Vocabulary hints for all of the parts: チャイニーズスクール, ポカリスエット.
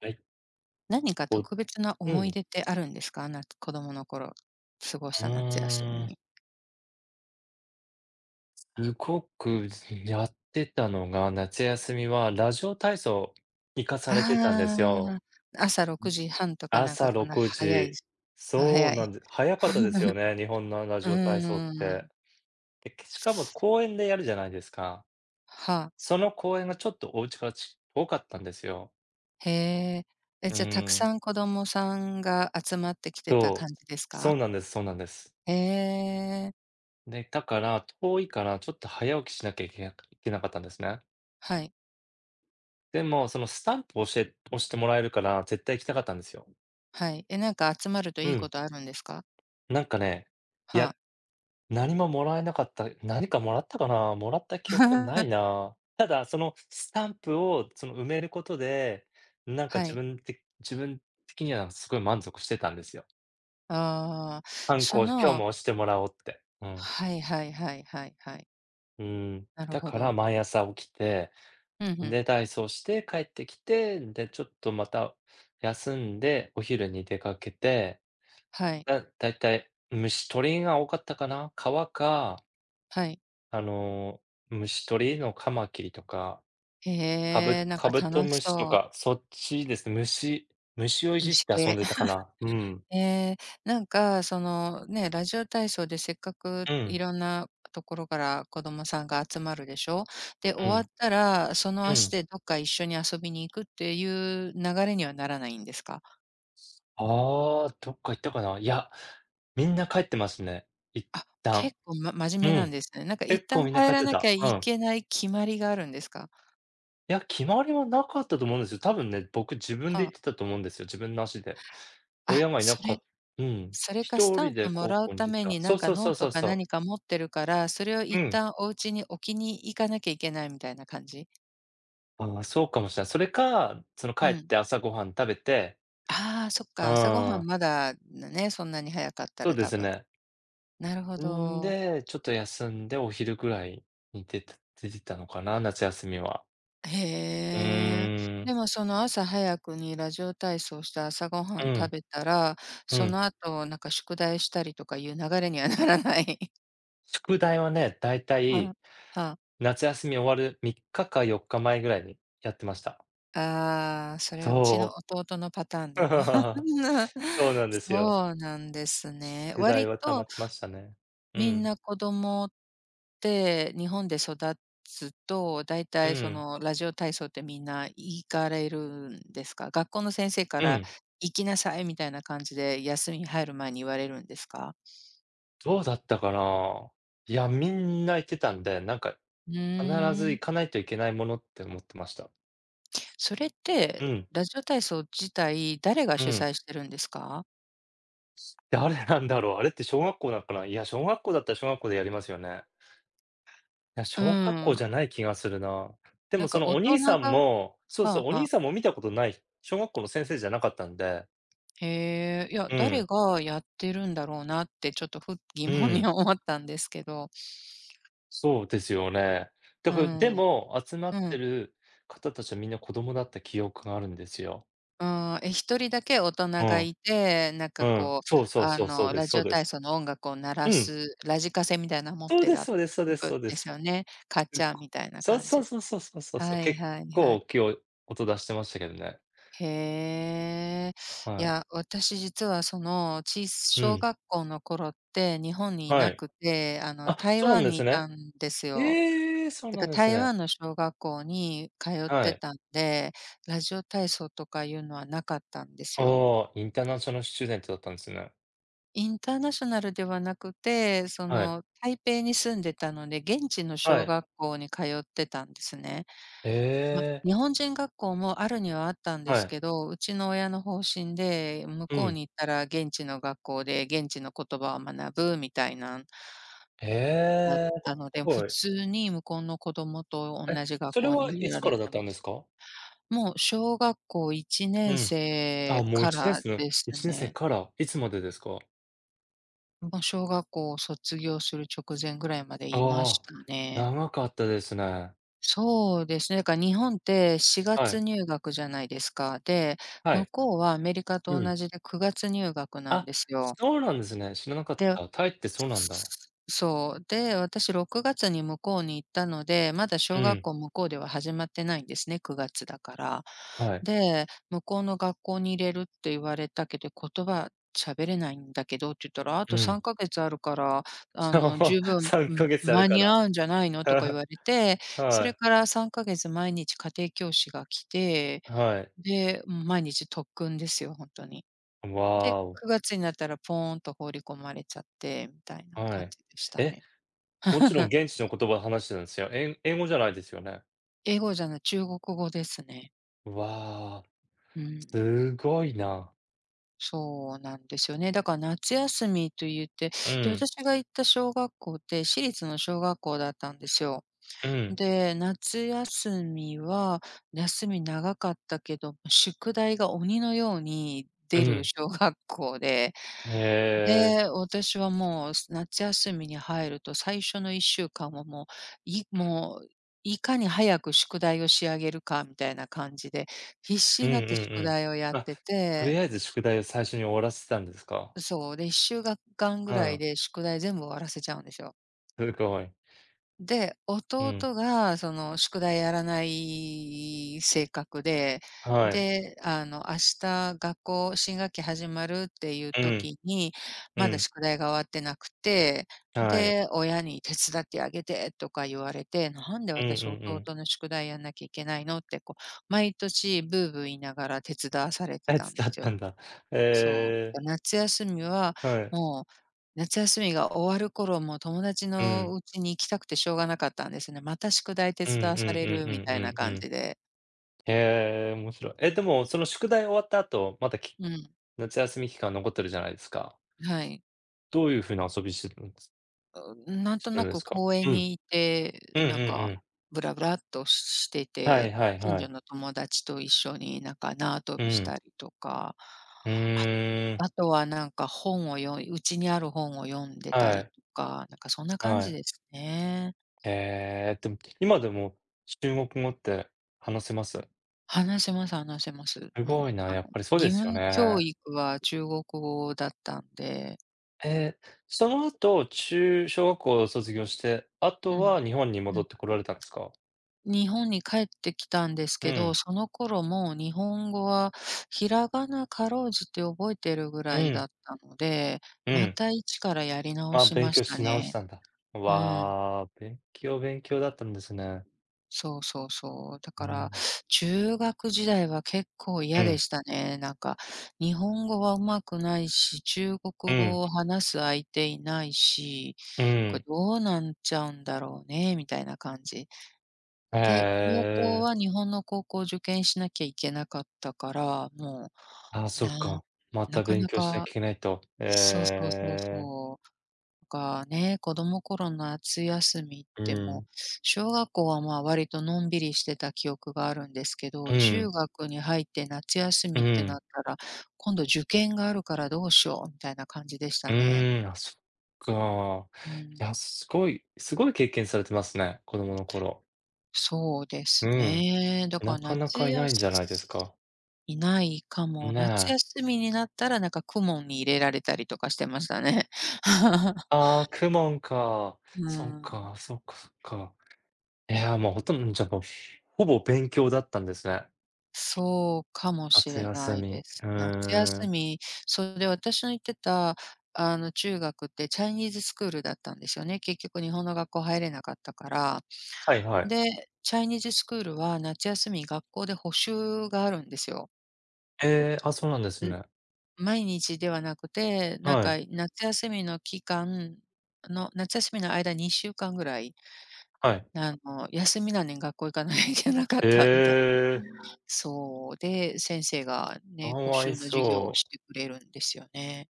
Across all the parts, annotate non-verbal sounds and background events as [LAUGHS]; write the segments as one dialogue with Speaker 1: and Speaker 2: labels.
Speaker 1: はい。
Speaker 2: 何か特別な
Speaker 1: う
Speaker 2: 思い
Speaker 1: ん。
Speaker 2: 出ってあるんですか？子供の頃、過ごし
Speaker 1: う、ー
Speaker 2: た夏休み
Speaker 1: ん、
Speaker 2: に。
Speaker 1: すごくやってたのが、夏休みはラジオ体操行かされてたんですよ。
Speaker 2: ああ、朝6時半とかなんか
Speaker 1: 朝
Speaker 2: そんな
Speaker 1: 6
Speaker 2: 早いで
Speaker 1: 時。
Speaker 2: す。あ、
Speaker 1: そう
Speaker 2: 早
Speaker 1: な
Speaker 2: い。
Speaker 1: んで早かったですよ
Speaker 2: [LAUGHS]
Speaker 1: ね、日本のラ
Speaker 2: う
Speaker 1: ジオ体操っ
Speaker 2: ー
Speaker 1: て。
Speaker 2: ん。
Speaker 1: で、しかも公園でやるじゃないですか。
Speaker 2: はあ、
Speaker 1: その公園がちょっとお家から遠かったんですよ。
Speaker 2: へえ。え、
Speaker 1: うー
Speaker 2: じゃあ、たく
Speaker 1: ん、
Speaker 2: さん子供さんが集まってきてた感
Speaker 1: そう。
Speaker 2: じです
Speaker 1: そ
Speaker 2: か？
Speaker 1: うなんですそうなんです。
Speaker 2: へえ、
Speaker 1: で、だから、遠いからちょっと早起きしなきゃいけないけなかったんですね。
Speaker 2: はい、
Speaker 1: でも、そのスタンプを押してもらえるから、絶対行きたかったんですよ。
Speaker 2: はい。え、なんか集まると
Speaker 1: う
Speaker 2: いいこ
Speaker 1: ん。
Speaker 2: とあるんですか？
Speaker 1: なんかね、い
Speaker 2: は
Speaker 1: や、
Speaker 2: あ。
Speaker 1: 何ももらえなかった、何かもらったかな？もらった記憶ない
Speaker 2: [LAUGHS]
Speaker 1: な。ただ、そのスタンプを埋めることで、なんか
Speaker 2: はい。
Speaker 1: 自分的にはすごい満足してたんですよ。
Speaker 2: あ
Speaker 1: ハンコ
Speaker 2: あ、そ
Speaker 1: を今日
Speaker 2: の
Speaker 1: も押してもらおうって。うん。
Speaker 2: はいはいはいはいはい。
Speaker 1: うん。
Speaker 2: なる
Speaker 1: だ
Speaker 2: ほ
Speaker 1: から
Speaker 2: ど。
Speaker 1: 毎朝起きて、
Speaker 2: うんうん。
Speaker 1: で、体操して帰ってきて、で、ちょっとまた休んで、お昼に出かけて
Speaker 2: はい、
Speaker 1: 大体、虫捕りが多かったかな。川か、
Speaker 2: はい。
Speaker 1: あの、虫捕りのカマキリとか、
Speaker 2: へえ、なん
Speaker 1: カ
Speaker 2: か
Speaker 1: ブト
Speaker 2: 楽
Speaker 1: ム
Speaker 2: し
Speaker 1: シと
Speaker 2: そう。
Speaker 1: か、そっちですね。虫をいじっ
Speaker 2: 虫
Speaker 1: て遊ん
Speaker 2: 系。
Speaker 1: でたか
Speaker 2: [LAUGHS]
Speaker 1: な。うん。
Speaker 2: ええ、なんかその、ね、ラジオ体操でせっかく
Speaker 1: う
Speaker 2: い
Speaker 1: ん、
Speaker 2: ろんなところから子供さんが集まるでしょ。で、
Speaker 1: う
Speaker 2: 終わ
Speaker 1: ん、
Speaker 2: ったら、その
Speaker 1: う
Speaker 2: 足
Speaker 1: ん。
Speaker 2: でどっか一緒に遊びに行くっていう流れにはならないんですか？
Speaker 1: ああ、どっか行ったかな。いや、みんな帰ってますね、一
Speaker 2: あ、
Speaker 1: 旦。
Speaker 2: 結構、真
Speaker 1: う
Speaker 2: 面目なん
Speaker 1: ん、
Speaker 2: ですね。なんか一
Speaker 1: 結構
Speaker 2: 旦
Speaker 1: みんな
Speaker 2: 帰
Speaker 1: 帰っ
Speaker 2: ら
Speaker 1: て
Speaker 2: なきゃ
Speaker 1: た。う
Speaker 2: い
Speaker 1: ん。
Speaker 2: けない決まりがあるんですか？
Speaker 1: いや、決まりはなかったと思うんですよ。多分ね、僕自分で
Speaker 2: は
Speaker 1: 行
Speaker 2: あ。
Speaker 1: ってたと思うんですよ。自分の足で。
Speaker 2: あ、
Speaker 1: 親がいなかっうん。
Speaker 2: それかス
Speaker 1: 一
Speaker 2: タ
Speaker 1: 人
Speaker 2: ンプ
Speaker 1: で
Speaker 2: も
Speaker 1: 高
Speaker 2: らう
Speaker 1: 校に
Speaker 2: た
Speaker 1: 行っ
Speaker 2: め
Speaker 1: た
Speaker 2: にな
Speaker 1: そ
Speaker 2: ん
Speaker 1: う
Speaker 2: か
Speaker 1: そうそ
Speaker 2: ノ
Speaker 1: う
Speaker 2: ー
Speaker 1: そ
Speaker 2: ト
Speaker 1: う
Speaker 2: か
Speaker 1: そう。
Speaker 2: 何か持ってるから、それを
Speaker 1: う
Speaker 2: 一
Speaker 1: ん。
Speaker 2: 旦お家に置きに行かなきゃいけないみたいな感じ？
Speaker 1: ああ、そうかもしれない。それか、その帰
Speaker 2: う
Speaker 1: っ
Speaker 2: ん。
Speaker 1: て朝ごはん食べて、
Speaker 2: ああ、そっ
Speaker 1: う
Speaker 2: か、朝ご
Speaker 1: ー
Speaker 2: はん
Speaker 1: ん、
Speaker 2: まだね、そんなに早かった
Speaker 1: そう
Speaker 2: ら
Speaker 1: で
Speaker 2: 多
Speaker 1: す
Speaker 2: 分。
Speaker 1: ね。
Speaker 2: なるほ
Speaker 1: ん
Speaker 2: ど。
Speaker 1: で、ちょっと休んでお昼ぐらいに出てたのかな、夏休みは。
Speaker 2: へ
Speaker 1: う
Speaker 2: え。
Speaker 1: ーん。
Speaker 2: でもその朝早くにラジオ体操して朝ごはん
Speaker 1: う
Speaker 2: 食
Speaker 1: ん、
Speaker 2: べたら、
Speaker 1: う
Speaker 2: そ
Speaker 1: ん。
Speaker 2: の後なんか宿題したりとかいう流れにはならない。
Speaker 1: 宿題はね、だいた
Speaker 2: [LAUGHS] はあ、は
Speaker 1: い
Speaker 2: あ。
Speaker 1: 夏休み終わる3日か4日前ぐらいにやってました。
Speaker 2: ああ、それはうちの
Speaker 1: そ
Speaker 2: 弟のパターン
Speaker 1: う。
Speaker 2: だな。
Speaker 1: [LAUGHS]
Speaker 2: [LAUGHS]
Speaker 1: そうなんですよ。
Speaker 2: そうなんですね。
Speaker 1: 宿題
Speaker 2: 割
Speaker 1: は溜ま
Speaker 2: と
Speaker 1: ってましたね。う
Speaker 2: みん
Speaker 1: ん。
Speaker 2: な子供って日本で育つと、だい
Speaker 1: う
Speaker 2: たいそ
Speaker 1: ん。
Speaker 2: のラジオ体操ってみんな行かれるんですか？学校の先生か
Speaker 1: う
Speaker 2: ら
Speaker 1: ん。
Speaker 2: 行きなさいみたいな感じで休みに入る前に言われるんですか？
Speaker 1: どうだったかな？いや、みんな行ってたんで、なんか
Speaker 2: う
Speaker 1: 必ず
Speaker 2: ーん。
Speaker 1: 行かないといけないものって思ってました。
Speaker 2: それっ
Speaker 1: う
Speaker 2: て
Speaker 1: ん、
Speaker 2: ラジオ体操自体誰が
Speaker 1: う
Speaker 2: 主
Speaker 1: ん。
Speaker 2: 催してるんですか？
Speaker 1: 誰なんだろう？あれって小学校なんかな？いや、小学校だったら小学校でやりますよね。いや、
Speaker 2: う
Speaker 1: 小学校
Speaker 2: ん。
Speaker 1: じゃない気がするな。で
Speaker 2: な
Speaker 1: も
Speaker 2: ん
Speaker 1: そ
Speaker 2: か
Speaker 1: の
Speaker 2: 大
Speaker 1: お兄
Speaker 2: 人
Speaker 1: さん
Speaker 2: が。は
Speaker 1: も
Speaker 2: あは
Speaker 1: お兄
Speaker 2: あ。
Speaker 1: さんも見たことない、小学校の先生じゃなかったんで。
Speaker 2: へえ、いや、
Speaker 1: うん、
Speaker 2: 誰がやってるんだろうなって、ちょっと[LAUGHS] 疑
Speaker 1: う
Speaker 2: 問に
Speaker 1: ん。
Speaker 2: 思ったんですけど。
Speaker 1: そうですよね。だ
Speaker 2: う
Speaker 1: から、
Speaker 2: ん、
Speaker 1: でも、集ま
Speaker 2: う
Speaker 1: って
Speaker 2: ん、
Speaker 1: る方たちはみんな子供だった記憶があるんですよ。
Speaker 2: ああ、え、1人だけ大人
Speaker 1: う
Speaker 2: が
Speaker 1: ん、
Speaker 2: いて、なん
Speaker 1: う
Speaker 2: か
Speaker 1: ん。
Speaker 2: こう、
Speaker 1: そうそう
Speaker 2: あ
Speaker 1: そうそう
Speaker 2: の、
Speaker 1: で
Speaker 2: ラ
Speaker 1: す
Speaker 2: ジ
Speaker 1: そう
Speaker 2: オ
Speaker 1: です。
Speaker 2: 体操の音楽を鳴
Speaker 1: う
Speaker 2: ら
Speaker 1: ん。
Speaker 2: す、ラジカセみたいな持っ
Speaker 1: そう
Speaker 2: て
Speaker 1: です
Speaker 2: ら
Speaker 1: そうですそう
Speaker 2: い
Speaker 1: ですそ
Speaker 2: く
Speaker 1: うで
Speaker 2: です
Speaker 1: す。
Speaker 2: よね。カチ
Speaker 1: う
Speaker 2: ャー
Speaker 1: こ
Speaker 2: みたいな
Speaker 1: そう
Speaker 2: 感
Speaker 1: そう
Speaker 2: じ。
Speaker 1: そうそうそうそうそう。
Speaker 2: はい
Speaker 1: 結
Speaker 2: はいは
Speaker 1: 構
Speaker 2: い。
Speaker 1: 大きいお音出してましたけどね。
Speaker 2: へえ。い
Speaker 1: はい。
Speaker 2: や、私実はその、
Speaker 1: う
Speaker 2: 小
Speaker 1: ん、
Speaker 2: 学校の頃って日本にい
Speaker 1: は
Speaker 2: な
Speaker 1: い。
Speaker 2: くて、あの、
Speaker 1: あ、
Speaker 2: 台
Speaker 1: そうなん
Speaker 2: 湾
Speaker 1: で
Speaker 2: に
Speaker 1: す
Speaker 2: い
Speaker 1: ね。
Speaker 2: たんですよ。
Speaker 1: ええ、そう
Speaker 2: て
Speaker 1: なん
Speaker 2: か、
Speaker 1: です
Speaker 2: 台
Speaker 1: ね。
Speaker 2: 湾の小学校に通っ
Speaker 1: は
Speaker 2: て
Speaker 1: い。
Speaker 2: たんで、ラジオ体操とかいうのはなかったんです
Speaker 1: あ
Speaker 2: よ。
Speaker 1: あ、インターナショナルスチューデントだったんですね。
Speaker 2: インターナショナルではなくて、そ
Speaker 1: はい、
Speaker 2: の、台北に住んでたので、現地の
Speaker 1: は
Speaker 2: 小
Speaker 1: い。
Speaker 2: 学校に通ってたんですね。
Speaker 1: え
Speaker 2: ま、
Speaker 1: え、
Speaker 2: 日本人学校もあるにはあったんで
Speaker 1: は
Speaker 2: す
Speaker 1: い。
Speaker 2: けど、うちの親の方針で、向
Speaker 1: う
Speaker 2: こう
Speaker 1: ん。
Speaker 2: に行ったら現地の学校で現地の言葉を学ぶみたいな。
Speaker 1: え
Speaker 2: だっ
Speaker 1: え、す
Speaker 2: たので、普
Speaker 1: ごい。
Speaker 2: 通に向こうの子供とおん
Speaker 1: え、
Speaker 2: なじ学
Speaker 1: それ
Speaker 2: 校
Speaker 1: は
Speaker 2: に入
Speaker 1: い
Speaker 2: れ
Speaker 1: つ
Speaker 2: ら
Speaker 1: か
Speaker 2: れ
Speaker 1: ら
Speaker 2: て
Speaker 1: だっ
Speaker 2: ま
Speaker 1: たんで
Speaker 2: し
Speaker 1: す
Speaker 2: た。
Speaker 1: か？
Speaker 2: もう小学校1年
Speaker 1: うん。あ、
Speaker 2: 生
Speaker 1: もう
Speaker 2: か
Speaker 1: 1年
Speaker 2: ら
Speaker 1: 生の
Speaker 2: です
Speaker 1: 1年生
Speaker 2: ね。
Speaker 1: から、いつまでですか？
Speaker 2: もう小学校を卒業する直前ぐらいまで
Speaker 1: あ
Speaker 2: いまし
Speaker 1: あ、
Speaker 2: たね。
Speaker 1: 長かったですね。
Speaker 2: そうですね、だから日本って4
Speaker 1: は
Speaker 2: 月
Speaker 1: い。
Speaker 2: 入学じゃないですか。で、
Speaker 1: は
Speaker 2: 向
Speaker 1: い。
Speaker 2: こうはアメリカ
Speaker 1: う
Speaker 2: と
Speaker 1: ん。
Speaker 2: 同じで9月入学なん
Speaker 1: あ、
Speaker 2: ですよ。
Speaker 1: そうなんですね。知らなかっ
Speaker 2: で、
Speaker 1: た。タイってそうなんだ。
Speaker 2: そう。で、私6月に向こうに行ったので、まだ
Speaker 1: う
Speaker 2: 小学
Speaker 1: ん。
Speaker 2: 校向こうでは始まってないんですね、9月だから。
Speaker 1: はい。
Speaker 2: で、向こうの学校に入れるって言われたけど、言葉喋れないんだけどって言ったら、あ
Speaker 1: う
Speaker 2: と
Speaker 1: ん。
Speaker 2: 3ヶ月あるから、
Speaker 1: [LAUGHS]
Speaker 2: あ
Speaker 1: そう、
Speaker 2: の、十
Speaker 1: [LAUGHS]
Speaker 2: 分、
Speaker 1: 3ヶ月ある
Speaker 2: 間
Speaker 1: か
Speaker 2: に
Speaker 1: ら。
Speaker 2: 合うんじゃないのとか
Speaker 1: [LAUGHS]
Speaker 2: 言われて、そ
Speaker 1: は
Speaker 2: れ
Speaker 1: い。
Speaker 2: から3ヶ月毎日家庭教師が来て、
Speaker 1: はい。
Speaker 2: で、毎日特訓ですよ、本当に。で、
Speaker 1: わーお。
Speaker 2: 9月になったらポーンと放り込まれちゃってみたいな
Speaker 1: は
Speaker 2: 感
Speaker 1: い。
Speaker 2: じでした
Speaker 1: え、
Speaker 2: ね。
Speaker 1: もちろん
Speaker 2: [LAUGHS]
Speaker 1: 現地の言葉で話してるんですよ。英語じゃないですよね？
Speaker 2: 英語じゃない、中国語ですね。
Speaker 1: わあ、
Speaker 2: うん。
Speaker 1: すごいな。
Speaker 2: そうなんですよね。だから夏休みと言って、
Speaker 1: う
Speaker 2: で、
Speaker 1: ん、
Speaker 2: 私が行った小学校って私立の小学校だったんですよ。
Speaker 1: うん、
Speaker 2: で、夏休みは、休み長かったけど、宿題が鬼のように
Speaker 1: う
Speaker 2: 出る
Speaker 1: ん。
Speaker 2: 小学校で、
Speaker 1: へえ。
Speaker 2: で、私はもう、夏休みに入ると最初の1週間はもう、いかに早く宿題を仕上げるかみたいな感じで、必死
Speaker 1: う
Speaker 2: に
Speaker 1: んうん
Speaker 2: なって宿題をやっ
Speaker 1: うん。あ、
Speaker 2: て
Speaker 1: と
Speaker 2: て、
Speaker 1: りあえず宿題を最初に終わらせてたんですか？
Speaker 2: そう、で1週間ぐ
Speaker 1: う
Speaker 2: らい
Speaker 1: ん、
Speaker 2: で宿題全部終わらせちゃうんですよ。
Speaker 1: すごい。
Speaker 2: で、
Speaker 1: う
Speaker 2: 弟
Speaker 1: ん、
Speaker 2: がその宿題やらない性格で、
Speaker 1: はい。
Speaker 2: で、あの、明日学校新学期始まるっていう
Speaker 1: うん、
Speaker 2: 時に、
Speaker 1: う
Speaker 2: まだ
Speaker 1: ん、
Speaker 2: 宿題が終わってなくて、
Speaker 1: はい。
Speaker 2: で、親に手伝ってあげてとか言われて、なんで
Speaker 1: うんうん
Speaker 2: 私
Speaker 1: う
Speaker 2: 弟
Speaker 1: ん。
Speaker 2: の宿題やんなきゃいけないのってこう、毎年ブーブー言いながら手伝わされて
Speaker 1: え、伝
Speaker 2: たんで
Speaker 1: わっ
Speaker 2: す
Speaker 1: た
Speaker 2: よ。
Speaker 1: んだ。
Speaker 2: そ
Speaker 1: へ
Speaker 2: う、だ
Speaker 1: え、
Speaker 2: から夏休みは、
Speaker 1: はい。
Speaker 2: もう、夏休みが終わる頃、もう友達
Speaker 1: う
Speaker 2: の
Speaker 1: ん。
Speaker 2: 家に行きたくてしょうがなかったんですね。また宿題手
Speaker 1: うんうん
Speaker 2: 伝わされ
Speaker 1: う
Speaker 2: る
Speaker 1: んう
Speaker 2: みたいな
Speaker 1: んうんう
Speaker 2: 感
Speaker 1: ん。
Speaker 2: じで。
Speaker 1: へえ、面白い。え、でも、その宿題終わった後、まだき
Speaker 2: うん、
Speaker 1: 夏休み期間残ってるじゃないですか。
Speaker 2: はい。
Speaker 1: どういう風な遊びしてるんです
Speaker 2: うん、なん
Speaker 1: し
Speaker 2: と
Speaker 1: てる
Speaker 2: な
Speaker 1: んで
Speaker 2: く
Speaker 1: すか？
Speaker 2: 公園
Speaker 1: うん。うん
Speaker 2: にいて、
Speaker 1: うんう
Speaker 2: なんか、
Speaker 1: ん。
Speaker 2: ブラブラっとして
Speaker 1: はい
Speaker 2: て、
Speaker 1: はい
Speaker 2: 近
Speaker 1: は
Speaker 2: 所
Speaker 1: い。
Speaker 2: の友達と一緒になんか縄跳
Speaker 1: う
Speaker 2: びし
Speaker 1: ん。
Speaker 2: たりとか、
Speaker 1: う
Speaker 2: あ
Speaker 1: ーん。
Speaker 2: あとはなんか本を読んうちにある本を読んでた
Speaker 1: は
Speaker 2: り
Speaker 1: い、
Speaker 2: とか、なんかそんな感
Speaker 1: は
Speaker 2: じ
Speaker 1: い。
Speaker 2: ですね。
Speaker 1: ええ、でも、今でも中国語って話せます？
Speaker 2: 話せます、話せます。
Speaker 1: すご
Speaker 2: も
Speaker 1: い
Speaker 2: う、
Speaker 1: な、
Speaker 2: あ
Speaker 1: や
Speaker 2: の、
Speaker 1: っぱりそうで
Speaker 2: 義務
Speaker 1: すよ
Speaker 2: 教
Speaker 1: ね。
Speaker 2: 育は中国語だったんで、
Speaker 1: えー、その後、小学校を卒業して、あと
Speaker 2: うん。
Speaker 1: は日本に
Speaker 2: う
Speaker 1: 戻
Speaker 2: ん。
Speaker 1: ってこられたんですか？
Speaker 2: 日本に帰ってきたんです
Speaker 1: う
Speaker 2: けど、
Speaker 1: ん、
Speaker 2: その頃も日本語はひらがなかろうじて覚えてるぐ
Speaker 1: う
Speaker 2: らいだ
Speaker 1: ん、
Speaker 2: ったので、
Speaker 1: う
Speaker 2: ま
Speaker 1: ん。
Speaker 2: た一からやり直
Speaker 1: あ、
Speaker 2: し
Speaker 1: 勉
Speaker 2: まし
Speaker 1: 強
Speaker 2: た
Speaker 1: し直し
Speaker 2: ね。
Speaker 1: たんだ。
Speaker 2: うん。
Speaker 1: わあ、勉強だったんですね。
Speaker 2: そうそうそう。だ
Speaker 1: う
Speaker 2: から、
Speaker 1: ん、
Speaker 2: 中学時代は結構
Speaker 1: う
Speaker 2: 嫌で
Speaker 1: ん、
Speaker 2: したね。なんか、日本語は上手くないし、中国
Speaker 1: う
Speaker 2: 語
Speaker 1: ん、
Speaker 2: を話す相手いないし、
Speaker 1: う
Speaker 2: これ
Speaker 1: ん。
Speaker 2: どうなんちゃうんだろうね、みたいな感じ。
Speaker 1: え
Speaker 2: で、高校
Speaker 1: ー。
Speaker 2: は日本の高校を受験しなきゃいけなかったから、も
Speaker 1: あ、
Speaker 2: う、
Speaker 1: そっ
Speaker 2: な
Speaker 1: か。ま
Speaker 2: な
Speaker 1: た
Speaker 2: か
Speaker 1: 勉
Speaker 2: な
Speaker 1: 強しなき
Speaker 2: か、
Speaker 1: ゃいけないと。
Speaker 2: そう
Speaker 1: え
Speaker 2: そうそう
Speaker 1: え。
Speaker 2: そう。かね、子供頃の夏休みっ
Speaker 1: う
Speaker 2: てもう、
Speaker 1: ん、
Speaker 2: 小学校はまあ割とのんびりしてた記憶があるんですけ
Speaker 1: う
Speaker 2: ど、中
Speaker 1: ん、
Speaker 2: 学に入って夏休
Speaker 1: う
Speaker 2: みってなっ
Speaker 1: ん。
Speaker 2: たら、今度受験があるからどうしようみたいな感じでし
Speaker 1: う
Speaker 2: たね。
Speaker 1: ーん、あ、そっか。
Speaker 2: う
Speaker 1: い
Speaker 2: ん、
Speaker 1: や、すごい経験されてますね、子供の頃。
Speaker 2: そうで
Speaker 1: う
Speaker 2: す
Speaker 1: ん、
Speaker 2: ね。だか
Speaker 1: なか
Speaker 2: ら
Speaker 1: な
Speaker 2: 夏
Speaker 1: かい
Speaker 2: 休
Speaker 1: ないんじゃないですか。
Speaker 2: みいないかも。
Speaker 1: ね
Speaker 2: 夏
Speaker 1: え。
Speaker 2: 休みになったらなんか公文に入れられたりとかしてましたね。[LAUGHS]
Speaker 1: ああ、公文か。
Speaker 2: うん。
Speaker 1: そっかそっか。いや、もうほとんど、じゃ、もう、ほぼ勉強だったんですね。
Speaker 2: そうかもし
Speaker 1: 夏
Speaker 2: れ
Speaker 1: 休
Speaker 2: ない
Speaker 1: み。
Speaker 2: で
Speaker 1: う
Speaker 2: すね。夏
Speaker 1: ー
Speaker 2: 休
Speaker 1: ん。
Speaker 2: み、それ私の行ってた、あの、中学ってチャイニーズスクールだったんですよね。結局日本の学校入れなかったから。
Speaker 1: はいはい。
Speaker 2: で、チャイニーズスクールは夏休み学校で補習があるんですよ。
Speaker 1: ええ、あ、そうなんです
Speaker 2: ん、
Speaker 1: ね。
Speaker 2: 毎日ではなくて、なん
Speaker 1: は
Speaker 2: か
Speaker 1: い、
Speaker 2: 夏休みの間2週間ぐらい、
Speaker 1: はい。
Speaker 2: あの、休みなのに学校行かなきゃいけなかっ
Speaker 1: え
Speaker 2: たみたい。
Speaker 1: え、
Speaker 2: そう、で、先生が
Speaker 1: か
Speaker 2: ね、補
Speaker 1: わい
Speaker 2: 習の授業を
Speaker 1: そ
Speaker 2: し
Speaker 1: う。
Speaker 2: てくれるんですよね。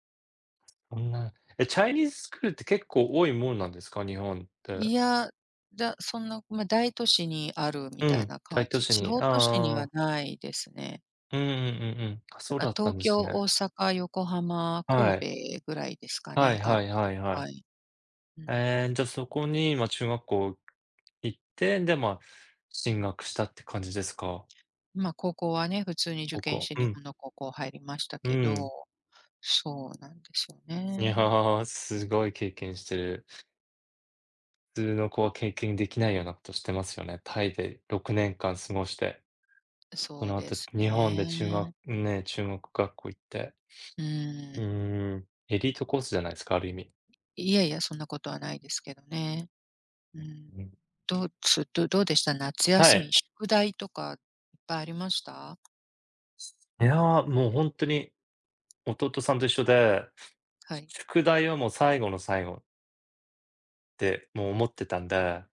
Speaker 1: そんなえ、チャイニーズスクールって結構多いもんなんですか？日本って。
Speaker 2: いや、そんな、ま、大都市にあるみ
Speaker 1: う
Speaker 2: たい
Speaker 1: ん、
Speaker 2: な感
Speaker 1: 大都
Speaker 2: じ、
Speaker 1: 市
Speaker 2: 地
Speaker 1: に。
Speaker 2: 方都市には
Speaker 1: ああ
Speaker 2: ないですね。
Speaker 1: うんうんうんうん。あ、
Speaker 2: だ
Speaker 1: そう
Speaker 2: か
Speaker 1: だ
Speaker 2: ら
Speaker 1: った
Speaker 2: 東
Speaker 1: んで
Speaker 2: 京、
Speaker 1: すね。
Speaker 2: 大阪、横浜、
Speaker 1: はい。
Speaker 2: 神戸ぐらいですか
Speaker 1: は
Speaker 2: ね、
Speaker 1: い
Speaker 2: あ
Speaker 1: は
Speaker 2: る
Speaker 1: い
Speaker 2: の。
Speaker 1: はいはい。
Speaker 2: はい。うん。
Speaker 1: ええ、じゃ、あそこに、ま、中学校行って、で、まあ、進学したって感じですか？
Speaker 2: ま、高校はね、普通に受
Speaker 1: 高
Speaker 2: 験し
Speaker 1: 校
Speaker 2: て
Speaker 1: う
Speaker 2: 日
Speaker 1: ん、
Speaker 2: 本の高校入りました
Speaker 1: う
Speaker 2: けど、
Speaker 1: ん。
Speaker 2: そうなんですよ
Speaker 1: いや
Speaker 2: ね。
Speaker 1: ー、すごい経験してる。普通の子は経験できないようなことしてますよね。タイで6年間過ごして、そ
Speaker 2: そう
Speaker 1: の
Speaker 2: で
Speaker 1: 後
Speaker 2: す
Speaker 1: 日本で中学
Speaker 2: ね。
Speaker 1: ね、中国学校行って。
Speaker 2: うー
Speaker 1: う
Speaker 2: ん。
Speaker 1: ーん、エリートコースじゃないですか、ある意味。
Speaker 2: いやいや、そんなことはないですけどね。うん。
Speaker 1: うん。
Speaker 2: どうでした？夏
Speaker 1: は
Speaker 2: 休み、
Speaker 1: い。
Speaker 2: 宿題とかいっぱいありました？
Speaker 1: いやー、もう本当に弟さんと一緒で、
Speaker 2: はい。
Speaker 1: 宿題はもう最後の最後ってもう思ってたんで、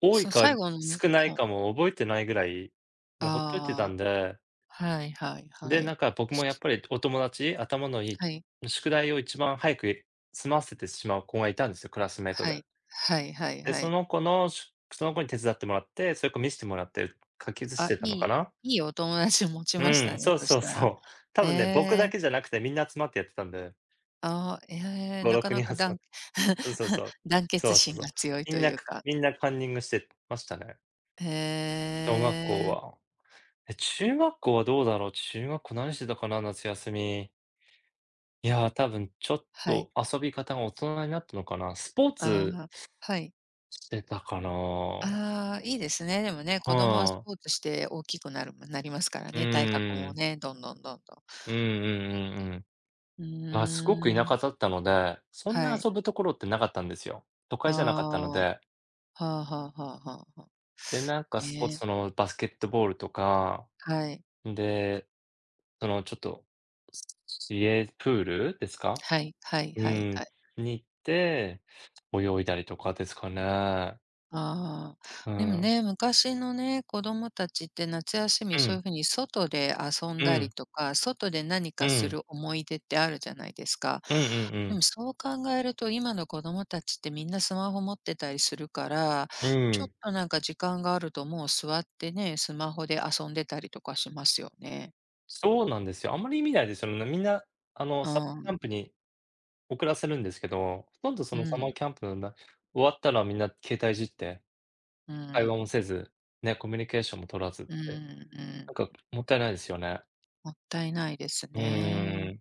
Speaker 1: 多い
Speaker 2: その
Speaker 1: か
Speaker 2: 最後のみ
Speaker 1: 少ない
Speaker 2: ほ
Speaker 1: かも覚えてないぐらい、もうほっといてた
Speaker 2: ああ、
Speaker 1: んで、
Speaker 2: はいはいは
Speaker 1: で、なん
Speaker 2: い。
Speaker 1: か僕もやっぱりお友達、頭のい
Speaker 2: はい。
Speaker 1: い、宿題を一番早く済ませてしまう子がいたんですよ、クラスメイト
Speaker 2: は
Speaker 1: で。
Speaker 2: い。はいはい
Speaker 1: で、
Speaker 2: は
Speaker 1: そ
Speaker 2: い。
Speaker 1: の子のその子に手伝ってもらって、それから見せてもらって、書き写し
Speaker 2: あ、
Speaker 1: てたのかな。
Speaker 2: いいお友達持ちまし
Speaker 1: う
Speaker 2: た
Speaker 1: ん、
Speaker 2: ね、
Speaker 1: そう
Speaker 2: そし
Speaker 1: そう
Speaker 2: たら。
Speaker 1: そう。多
Speaker 2: へ
Speaker 1: 分ね、僕だ
Speaker 2: え、
Speaker 1: けじゃなくてみんな集まってやってたんで、
Speaker 2: ああ、ええ、
Speaker 1: 5、
Speaker 2: なか
Speaker 1: 6
Speaker 2: な
Speaker 1: 人
Speaker 2: か
Speaker 1: 集まってそうそう
Speaker 2: [LAUGHS]
Speaker 1: そう
Speaker 2: 団
Speaker 1: そ
Speaker 2: 結
Speaker 1: うそう
Speaker 2: 心
Speaker 1: そ
Speaker 2: が
Speaker 1: う。
Speaker 2: 強い
Speaker 1: み
Speaker 2: と
Speaker 1: んな
Speaker 2: いうか。
Speaker 1: みんなカンニングしてましたね、
Speaker 2: へ
Speaker 1: 小学校
Speaker 2: え、
Speaker 1: は。え、中学校はどうだろう、中学校何してたかな、夏休み。いや、多分ちょっ
Speaker 2: はい。
Speaker 1: と遊び方が大人になったのかな。スポー
Speaker 2: あ
Speaker 1: ツ
Speaker 2: あ、はい。
Speaker 1: してたかな。
Speaker 2: ああ、いいですね。でもね、子供はス
Speaker 1: はい。
Speaker 2: ポーツして大きくなるなりますから
Speaker 1: う
Speaker 2: ね、体格
Speaker 1: ー
Speaker 2: も
Speaker 1: ん。
Speaker 2: ね、どんどんどんどん。
Speaker 1: うんうんうんうん。
Speaker 2: う
Speaker 1: ま、すごく
Speaker 2: ー
Speaker 1: 田
Speaker 2: ん、
Speaker 1: 舎だったので、そん
Speaker 2: は
Speaker 1: な
Speaker 2: い。
Speaker 1: 遊ぶところってなかったんですよ。都
Speaker 2: あ
Speaker 1: 会じゃなかったの
Speaker 2: あ、は
Speaker 1: で。
Speaker 2: あはあはあはあはあ。
Speaker 1: で、なんか
Speaker 2: え
Speaker 1: スポーツ、
Speaker 2: え、
Speaker 1: そのバスケットボールとか、
Speaker 2: はい。
Speaker 1: で、その、ちょっと、家プールですか？
Speaker 2: はいはい
Speaker 1: う
Speaker 2: はいは
Speaker 1: ん、
Speaker 2: い。
Speaker 1: に行って、泳いだりとかですかね。
Speaker 2: ああ、
Speaker 1: う
Speaker 2: でも
Speaker 1: ん。
Speaker 2: ね、昔のね、子供たちって夏休
Speaker 1: う
Speaker 2: みそうい
Speaker 1: ん、
Speaker 2: う風に外で遊ん
Speaker 1: う
Speaker 2: だり
Speaker 1: ん、
Speaker 2: とか、外で何
Speaker 1: う
Speaker 2: かす
Speaker 1: ん、
Speaker 2: る思い出ってあるじゃないですか。
Speaker 1: うんうんう
Speaker 2: で
Speaker 1: ん。
Speaker 2: もそう考えると今の子供たちってみんなスマホ持ってたりするから、
Speaker 1: う
Speaker 2: ちょっ
Speaker 1: ん、
Speaker 2: となんか時間があるともう座ってね、スマホで遊んでたりとかしますよね。
Speaker 1: そうなんですよ。あんまり見ないですよね。みんな、あの、
Speaker 2: う
Speaker 1: サマーキャ
Speaker 2: ん、
Speaker 1: ンプに遅らせるんですけど、ほとんどそ
Speaker 2: う
Speaker 1: のサマー
Speaker 2: ん、
Speaker 1: キャンプな終わったらみんな携帯いじって、
Speaker 2: う
Speaker 1: 会話も
Speaker 2: ん、
Speaker 1: せず、ね、コミュニケーションも取らずっ
Speaker 2: うん、う
Speaker 1: て、なん
Speaker 2: ん。
Speaker 1: かもったいないですよね。
Speaker 2: もったいないです
Speaker 1: う
Speaker 2: ね。
Speaker 1: ーん、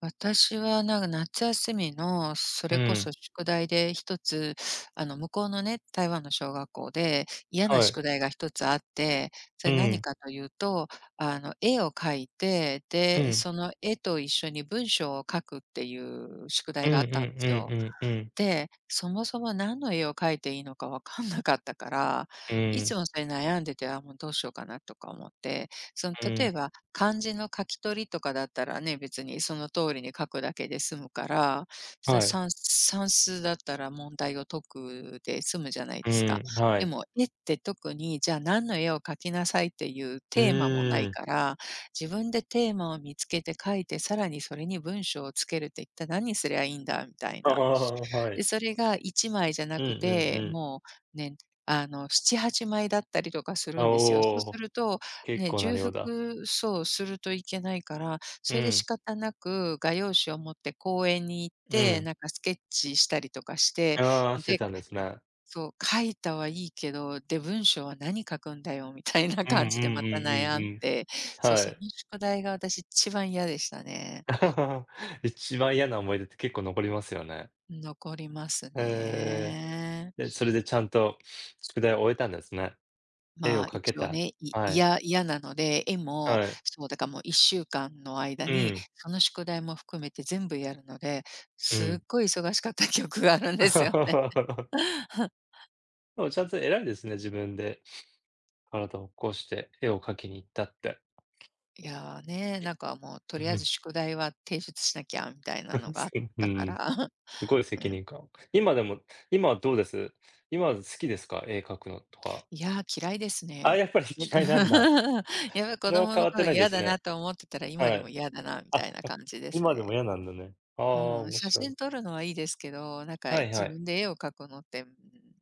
Speaker 2: 私はなんか夏休みのそ
Speaker 1: う
Speaker 2: れこそ
Speaker 1: ん、
Speaker 2: 宿題で一つ、向こうのね、台湾の小学校で嫌な
Speaker 1: はい。
Speaker 2: 宿題が一つあって、そ
Speaker 1: う
Speaker 2: れ何
Speaker 1: ん、
Speaker 2: かというと、絵を描いて、
Speaker 1: う
Speaker 2: で、
Speaker 1: ん。
Speaker 2: その絵と一緒に文章を書くっていう宿
Speaker 1: う
Speaker 2: 題
Speaker 1: ん
Speaker 2: があ
Speaker 1: う
Speaker 2: っ
Speaker 1: んう
Speaker 2: たんですよ。
Speaker 1: んうんうん。
Speaker 2: で、そもそも何の絵を描いていいのか分かんなかったから、
Speaker 1: う
Speaker 2: いつ
Speaker 1: ん、
Speaker 2: もそれ悩んでて、あ、もうどうしようかなとか思って、その
Speaker 1: う
Speaker 2: 例
Speaker 1: ん。
Speaker 2: えば漢字の書き取りとかだったらね、別にその通りに書くだけで済むから、さ
Speaker 1: はい。
Speaker 2: さん算数だったら問題を解くで済むじゃない
Speaker 1: う
Speaker 2: ですか。
Speaker 1: ん、は
Speaker 2: で
Speaker 1: い。
Speaker 2: も絵って特に、じゃあ何の絵を描きなさいっていう
Speaker 1: う
Speaker 2: テーマもな
Speaker 1: ー
Speaker 2: い
Speaker 1: ん。
Speaker 2: から、自分でテーマを見つけて描いて、さらにそれに文章をつけるって一体何すりゃいいんだみたい
Speaker 1: あ
Speaker 2: な。
Speaker 1: あ、は
Speaker 2: で、
Speaker 1: い。
Speaker 2: それが1枚じゃな
Speaker 1: うんうんう
Speaker 2: くて、
Speaker 1: ん。
Speaker 2: もうね、7、8枚だったりとかす
Speaker 1: あ、
Speaker 2: るんですよ。そう
Speaker 1: お
Speaker 2: す
Speaker 1: お、
Speaker 2: ると、
Speaker 1: 結
Speaker 2: ね、
Speaker 1: 構な
Speaker 2: 重
Speaker 1: 量だ。
Speaker 2: 複そう、するといけないから、
Speaker 1: う
Speaker 2: それで
Speaker 1: ん、
Speaker 2: 仕方なく画用紙を持って公園に行っ
Speaker 1: う
Speaker 2: て、
Speaker 1: ん。
Speaker 2: なんかスケッチしたりとかして、
Speaker 1: ああ、して
Speaker 2: で、
Speaker 1: たんですね。
Speaker 2: そう、書いたはいいけど、で、文章は何書くんだよみたいな
Speaker 1: うんうん
Speaker 2: 感
Speaker 1: うん
Speaker 2: じでまた
Speaker 1: う
Speaker 2: 悩
Speaker 1: ん
Speaker 2: ん
Speaker 1: うん。
Speaker 2: で、そう、
Speaker 1: は
Speaker 2: その
Speaker 1: い。
Speaker 2: 宿題が私一番嫌でしたね。
Speaker 1: [LAUGHS] 一番嫌な思い出って結構残りますよね。
Speaker 2: 残ります
Speaker 1: えー。
Speaker 2: ね。
Speaker 1: で、それでちゃんと宿題を終えたんですね。絵を
Speaker 2: まあ、
Speaker 1: 描け
Speaker 2: 一応
Speaker 1: た。
Speaker 2: ね、い
Speaker 1: はい、
Speaker 2: 嫌嫌なので、絵も、
Speaker 1: はい。
Speaker 2: そう、だからもう1週間の間
Speaker 1: う
Speaker 2: に、
Speaker 1: ん、
Speaker 2: その宿題も含めて全部やるので、
Speaker 1: う
Speaker 2: す
Speaker 1: ん。
Speaker 2: っごい忙しかった記憶があるんですよね。
Speaker 1: [LAUGHS]
Speaker 2: [LAUGHS]
Speaker 1: でもちゃんと偉いですね、自分で。体を起こして絵を描きに行ったって。
Speaker 2: いや、ね、なんかもうと
Speaker 1: う
Speaker 2: りあえず
Speaker 1: ん。
Speaker 2: 宿題は提出しなきゃみたいなの
Speaker 1: [LAUGHS]
Speaker 2: があ
Speaker 1: す
Speaker 2: っ
Speaker 1: う
Speaker 2: たか
Speaker 1: ん、
Speaker 2: ら、
Speaker 1: すごい
Speaker 2: [LAUGHS] う
Speaker 1: 責
Speaker 2: ん。
Speaker 1: 任感。今でも今はどうです？今は好きですか？絵描くのとか。
Speaker 2: いや、嫌いです
Speaker 1: あ、
Speaker 2: ね。
Speaker 1: やっぱり
Speaker 2: で
Speaker 1: 嫌いなんだ。
Speaker 2: [LAUGHS] やっぱり
Speaker 1: そ
Speaker 2: 子
Speaker 1: れは
Speaker 2: 供
Speaker 1: 変
Speaker 2: の
Speaker 1: わって
Speaker 2: 頃
Speaker 1: ないで
Speaker 2: 嫌
Speaker 1: す
Speaker 2: だ
Speaker 1: ね。
Speaker 2: なと思ってたら、今
Speaker 1: は
Speaker 2: でも
Speaker 1: い。
Speaker 2: 嫌だなみ
Speaker 1: あ、
Speaker 2: たいな
Speaker 1: [LAUGHS]
Speaker 2: 感じです
Speaker 1: 今でも
Speaker 2: ね。
Speaker 1: 嫌なんだね。ああ、
Speaker 2: うん、
Speaker 1: 面
Speaker 2: 写
Speaker 1: 白
Speaker 2: 真
Speaker 1: い。
Speaker 2: 撮るのはいいですけど、なんか
Speaker 1: はいは
Speaker 2: 自
Speaker 1: い。
Speaker 2: 分で絵を描くのって、うん、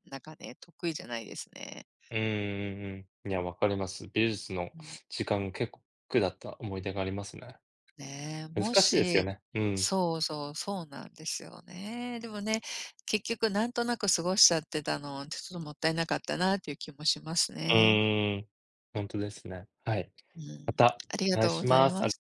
Speaker 2: なんかね、得意じゃないですね。
Speaker 1: うんうんうん。いや、わかります。美術の
Speaker 2: うん。
Speaker 1: 時間結構苦だった思い出がありますね。
Speaker 2: ねえ、も
Speaker 1: 難しいですよ
Speaker 2: し
Speaker 1: ね。うん。
Speaker 2: そうそう、そうなんですよね。でもね、結局なんとなく過ごしちゃってたの、ちょっともったいなかったなっていう気もします
Speaker 1: う
Speaker 2: ね。
Speaker 1: ーん。本当ですね。はい。
Speaker 2: う
Speaker 1: ま
Speaker 2: ん、
Speaker 1: た
Speaker 2: あり
Speaker 1: お
Speaker 2: が
Speaker 1: 願い
Speaker 2: とうご
Speaker 1: し
Speaker 2: ざ
Speaker 1: ま
Speaker 2: いま
Speaker 1: す。
Speaker 2: した。